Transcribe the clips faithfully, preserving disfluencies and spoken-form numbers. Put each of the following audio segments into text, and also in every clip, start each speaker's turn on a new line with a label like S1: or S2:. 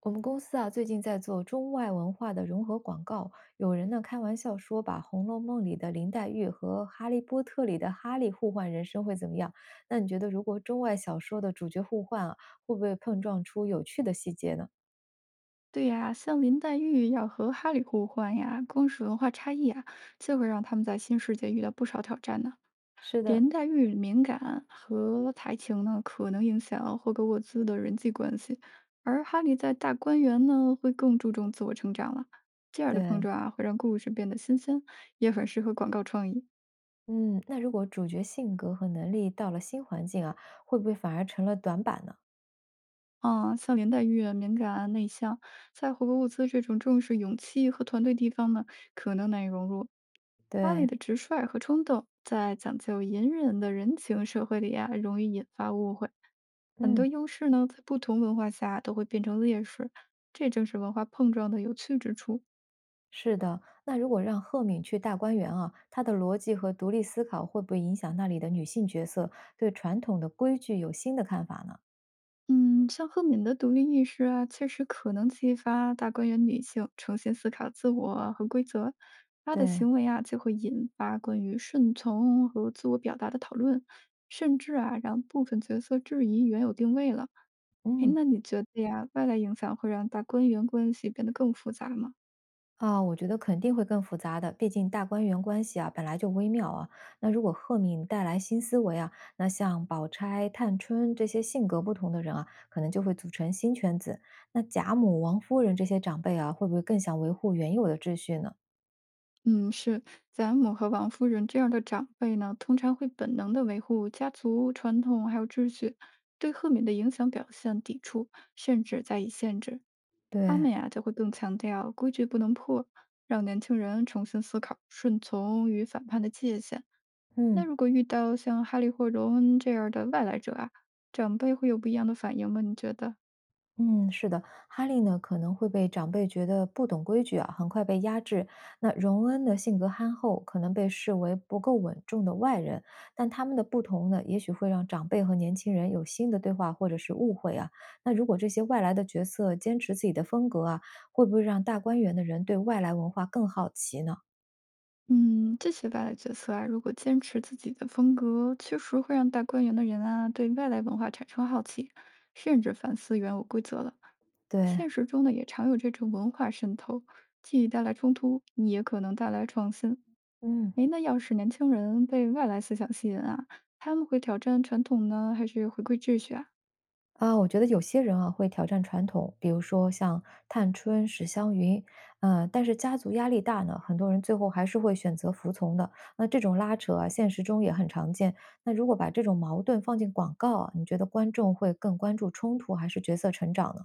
S1: 我们公司啊，最近在做中外文化的融合广告，有人呢开玩笑说，把《红楼梦》里的林黛玉和《哈利波特》里的哈利互换人生会怎么样？那你觉得，如果中外小说的主角互换啊，会不会碰撞出有趣的细节呢？
S2: 对呀，像林黛玉要和哈利互换呀，光是文化差异啊，就会让他们在新世界遇到不少挑战呢。
S1: 是的。
S2: 林黛玉敏感和才情呢，可能影响霍格沃兹的人际关系，而哈利在大观园呢，会更注重自我成长了。这样的碰
S1: 对。
S2: 撞啊，会让故事变得新鲜，也很适合广告创意。
S1: 嗯，那如果主角性格和能力到了新环境啊，会不会反而成了短板呢？
S2: 啊，像林黛玉啊敏感啊、内向，在回国物资这种重视勇气和团队地方呢，可能难以融入。阿里
S1: 对。
S2: 的直率和冲动，在讲究隐忍的人情社会里啊，容易引发误会。很多
S1: 嗯。
S2: 优势呢，在不同文化下都会变成劣势，这正是文化碰撞的有趣之处。
S1: 是的，那如果让赫敏去大观园啊，她的逻辑和独立思考会不会影响那里的女性角色对传统的规矩有新的看法呢？
S2: 嗯，像赫敏的独立意识啊，确实可能激发大观园女性重新思考自我啊和规则。她的
S1: 对。
S2: 行为啊，就会引发关于顺从和自我表达的讨论，甚至啊，让部分角色质疑原有定位了。哎，
S1: 嗯。
S2: 那你觉得呀，外来影响会让大观园关系变得更复杂吗？
S1: 啊，我觉得肯定会更复杂的，毕竟大观园关系啊本来就微妙啊。那如果赫敏带来新思维啊，那像宝钗、探春这些性格不同的人啊，可能就会组成新圈子。那贾母、王夫人这些长辈啊，会不会更想维护原有的秩序呢？
S2: 嗯，是，贾母和王夫人这样的长辈呢，通常会本能的维护家族传统还有秩序，对赫敏的影响表现抵触，甚至加以限制。他
S1: 对。
S2: 们呀就会更强调规矩不能破，让年轻人重新思考顺从与反叛的界限。那
S1: 嗯。
S2: 如果遇到像哈利或荣恩这样的外来者啊，长辈会有不一样的反应吗？你觉得？
S1: 嗯，是的，哈利呢可能会被长辈觉得不懂规矩啊，很快被压制。那荣恩的性格憨厚，可能被视为不够稳重的外人。但他们的不同呢，也许会让长辈和年轻人有新的对话或者是误会啊。那如果这些外来的角色坚持自己的风格啊，会不会让大观园的人对外来文化更好奇呢？
S2: 嗯，这些外来角色啊，如果坚持自己的风格，确实会让大观园的人啊对外来文化产生好奇，甚至反思原有规则了。
S1: 对。
S2: 现实中呢，也常有这种文化渗透，既带来冲突，也可能带来创新。
S1: 嗯。
S2: 诶，那要是年轻人被外来思想吸引啊，他们会挑战传统呢，还是回归秩序啊？
S1: 啊，我觉得有些人啊会挑战传统，比如说像探春、史湘云，呃，但是家族压力大呢，很多人最后还是会选择服从的。那这种拉扯啊，现实中也很常见。那如果把这种矛盾放进广告啊，你觉得观众会更关注冲突还是角色成长呢？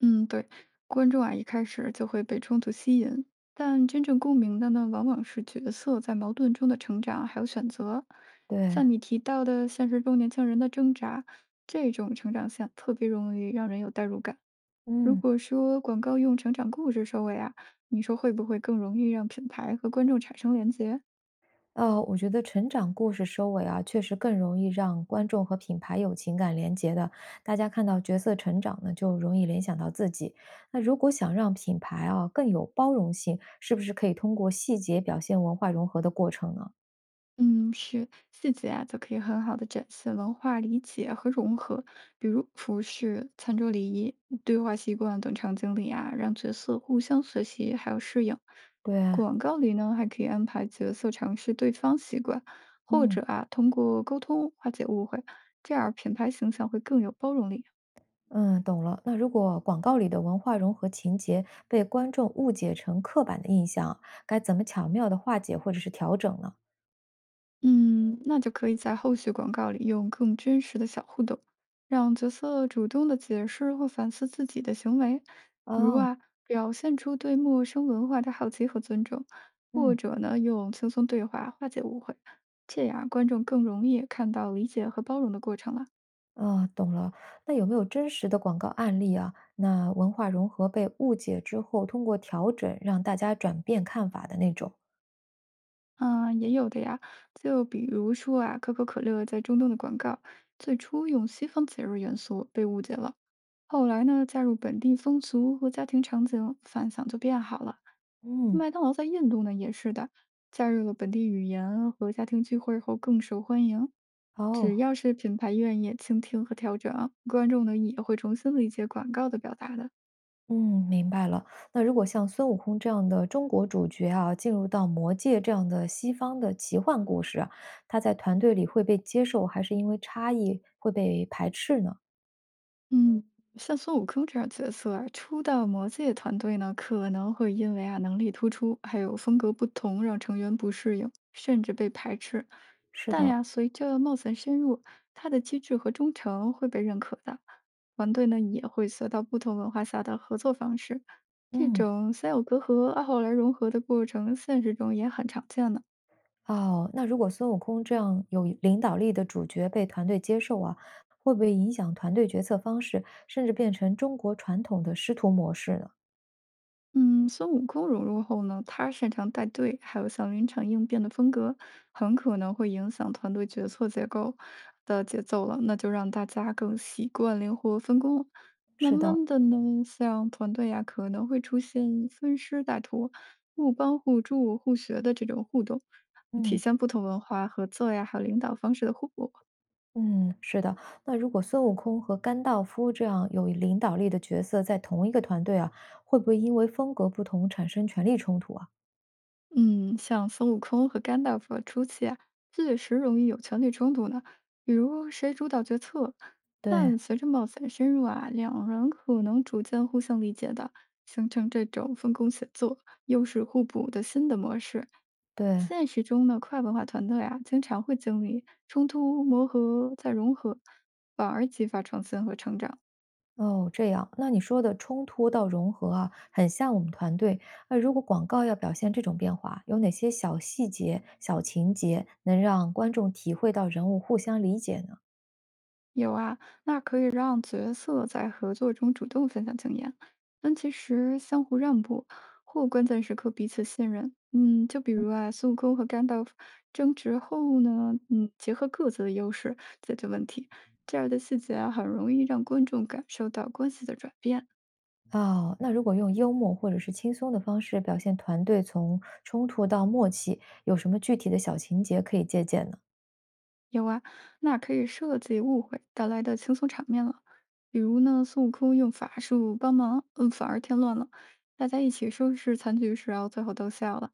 S2: 嗯，对，观众啊一开始就会被冲突吸引，但真正共鸣的呢，往往是角色在矛盾中的成长还有选择。
S1: 对。
S2: 像你提到的现实中年轻人的挣扎，这种成长线特别容易让人有代入感。如
S1: 嗯。
S2: 果说广告用成长故事收尾啊，你说会不会更容易让品牌和观众产生连结？
S1: 哦，我觉得成长故事收尾啊，确实更容易让观众和品牌有情感连结的。大家看到角色成长呢，就容易联想到自己。那如果想让品牌啊更有包容性，是不是可以通过细节表现文化融合的过程呢？
S2: 嗯，是细节啊，就可以很好的展现文化理解和融合，比如服饰、餐桌礼仪、对话习惯等场景里啊，让角色互相学习还有适应。
S1: 对。
S2: 广告里呢，还可以安排角色尝试对方习惯，或
S1: 嗯
S2: 者啊，通过沟通化解误会，这样品牌形象会更有包容力。
S1: 嗯，懂了。那如果广告里的文化融合情节被观众误解成刻板的印象啊，该怎么巧妙的化解或者是调整呢？
S2: 嗯，那就可以在后续广告里用更真实的小互动，让角色主动的解释或反思自己的行为，如
S1: 哦。
S2: 啊，表现出对陌生文化的好奇和尊重，或
S1: 嗯。
S2: 者呢，用轻松对话化解误会，这样观众更容易看到理解和包容的过程了。
S1: 啊，懂了。那有没有真实的广告案例啊？那文化融合被误解之后，通过调整让大家转变看法的那种？
S2: 啊，也有的呀，就比如说啊，可口可乐在中东的广告，最初用西方节日元素被误解了。后来呢，加入本地风俗和家庭场景，反响就变好了。
S1: 嗯。
S2: 麦当劳在印度呢也是的，加入了本地语言和家庭聚会后更受欢迎。只
S1: 哦。
S2: 要是品牌愿意倾听和调整，观众呢也会重新理解广告的表达的。
S1: 嗯，明白了。那如果像孙悟空这样的中国主角啊，进入到魔界这样的西方的奇幻故事啊他在团队里会被接受，还是因为差异会被排斥呢？
S2: 嗯，像孙悟空这样角色啊，初到魔界团队呢，可能会因为啊能力突出，还有风格不同，让成员不适应，甚至被排斥。
S1: 是
S2: 但
S1: 的。
S2: 呀，随着冒险深入，他的机智和忠诚会被认可的，团队呢也会学到不同文化下的合作方式。这
S1: 嗯。
S2: 种三有隔阂，啊后来融合的过程，现实中也很常见的。
S1: 哦，那如果孙悟空这样有领导力的主角被团队接受啊，会不会影响团队决策方式，甚至变成中国传统的师徒模式呢？
S2: 嗯，孙悟空融入后呢，他擅长带队，还有像临场应变的风格，很可能会影响团队决策结构的节奏了。那就让大家更习惯灵活分工。慢
S1: 是的。
S2: 慢的呢，像团队呀、可能会出现分师带徒、互帮互助、互学的这种互动，体
S1: 嗯
S2: 现不同文化合作呀，还有领导方式的互补。
S1: 嗯，是的。那如果孙悟空和甘道夫这样有领导力的角色在同一个团队啊，会不会因为风格不同产生权力冲突啊？
S2: 嗯，像孙悟空和甘道夫初期啊，确实容易有权力冲突呢，比如谁主导决策。
S1: 对。
S2: 但随着冒险深入啊，两人可能逐渐互相理解的，形成这种分工协作、优势互补的新的模式。
S1: 对。
S2: 现实中呢，跨文化团队啊，经常会经历冲突、磨合再融合，反而激发创新和成长。
S1: 哦，这样，那你说的冲突到融合啊，很像我们团队。那如果广告要表现这种变化，有哪些小细节、小情节能让观众体会到人物互相理解呢？
S2: 有啊，那可以让角色在合作中主动分享经验，但其实相互让步或关键时刻彼此信任。嗯，就比如啊，孙悟空和甘道夫争执后呢，嗯，结合各自的优势解决问题，这样的细节啊，很容易让观众感受到关系的转变。
S1: 哦，那如果用幽默或者是轻松的方式表现团队从冲突到默契，有什么具体的小情节可以借鉴呢？
S2: 有啊，那可以设计误会带来的轻松场面了。比如呢，孙悟空用法术帮忙，嗯，反而添乱了。大家一起收拾残局时啊，然后最后都笑了。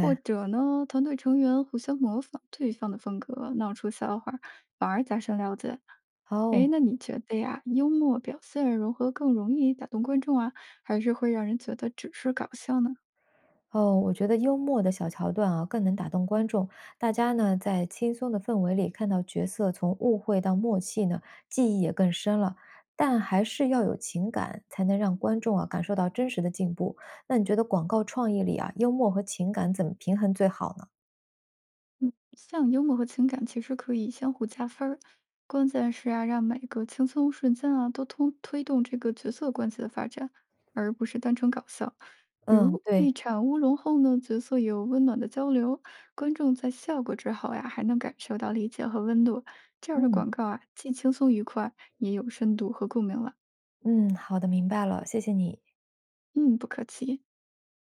S2: 或者呢，团队成员互相模仿对方的风格，闹出笑话，反而加深了解。哎，
S1: 哦。
S2: 那你觉得呀，幽默表现如何更容易打动观众啊，还是会让人觉得只是搞笑呢？
S1: 哦，我觉得幽默的小桥段啊，更能打动观众。大家呢，在轻松的氛围里看到角色从误会到默契呢，记忆也更深了。但还是要有情感，才能让观众啊感受到真实的进步。那你觉得广告创意里啊，幽默和情感怎么平衡最好呢？
S2: 像幽默和情感其实可以相互加分儿，关键是啊，让每个轻松瞬间啊，都通推动这个角色关系的发展，而不是单纯搞笑。比
S1: 嗯，
S2: 如一
S1: 对。
S2: 场乌龙后呢，角色有温暖的交流，观众在笑过之后呀，还能感受到理解和温度。这样的
S1: 嗯
S2: 广告啊，既轻松愉快，也有深度和共鸣了。
S1: 嗯，好的，明白了，谢谢你。
S2: 嗯，不可气。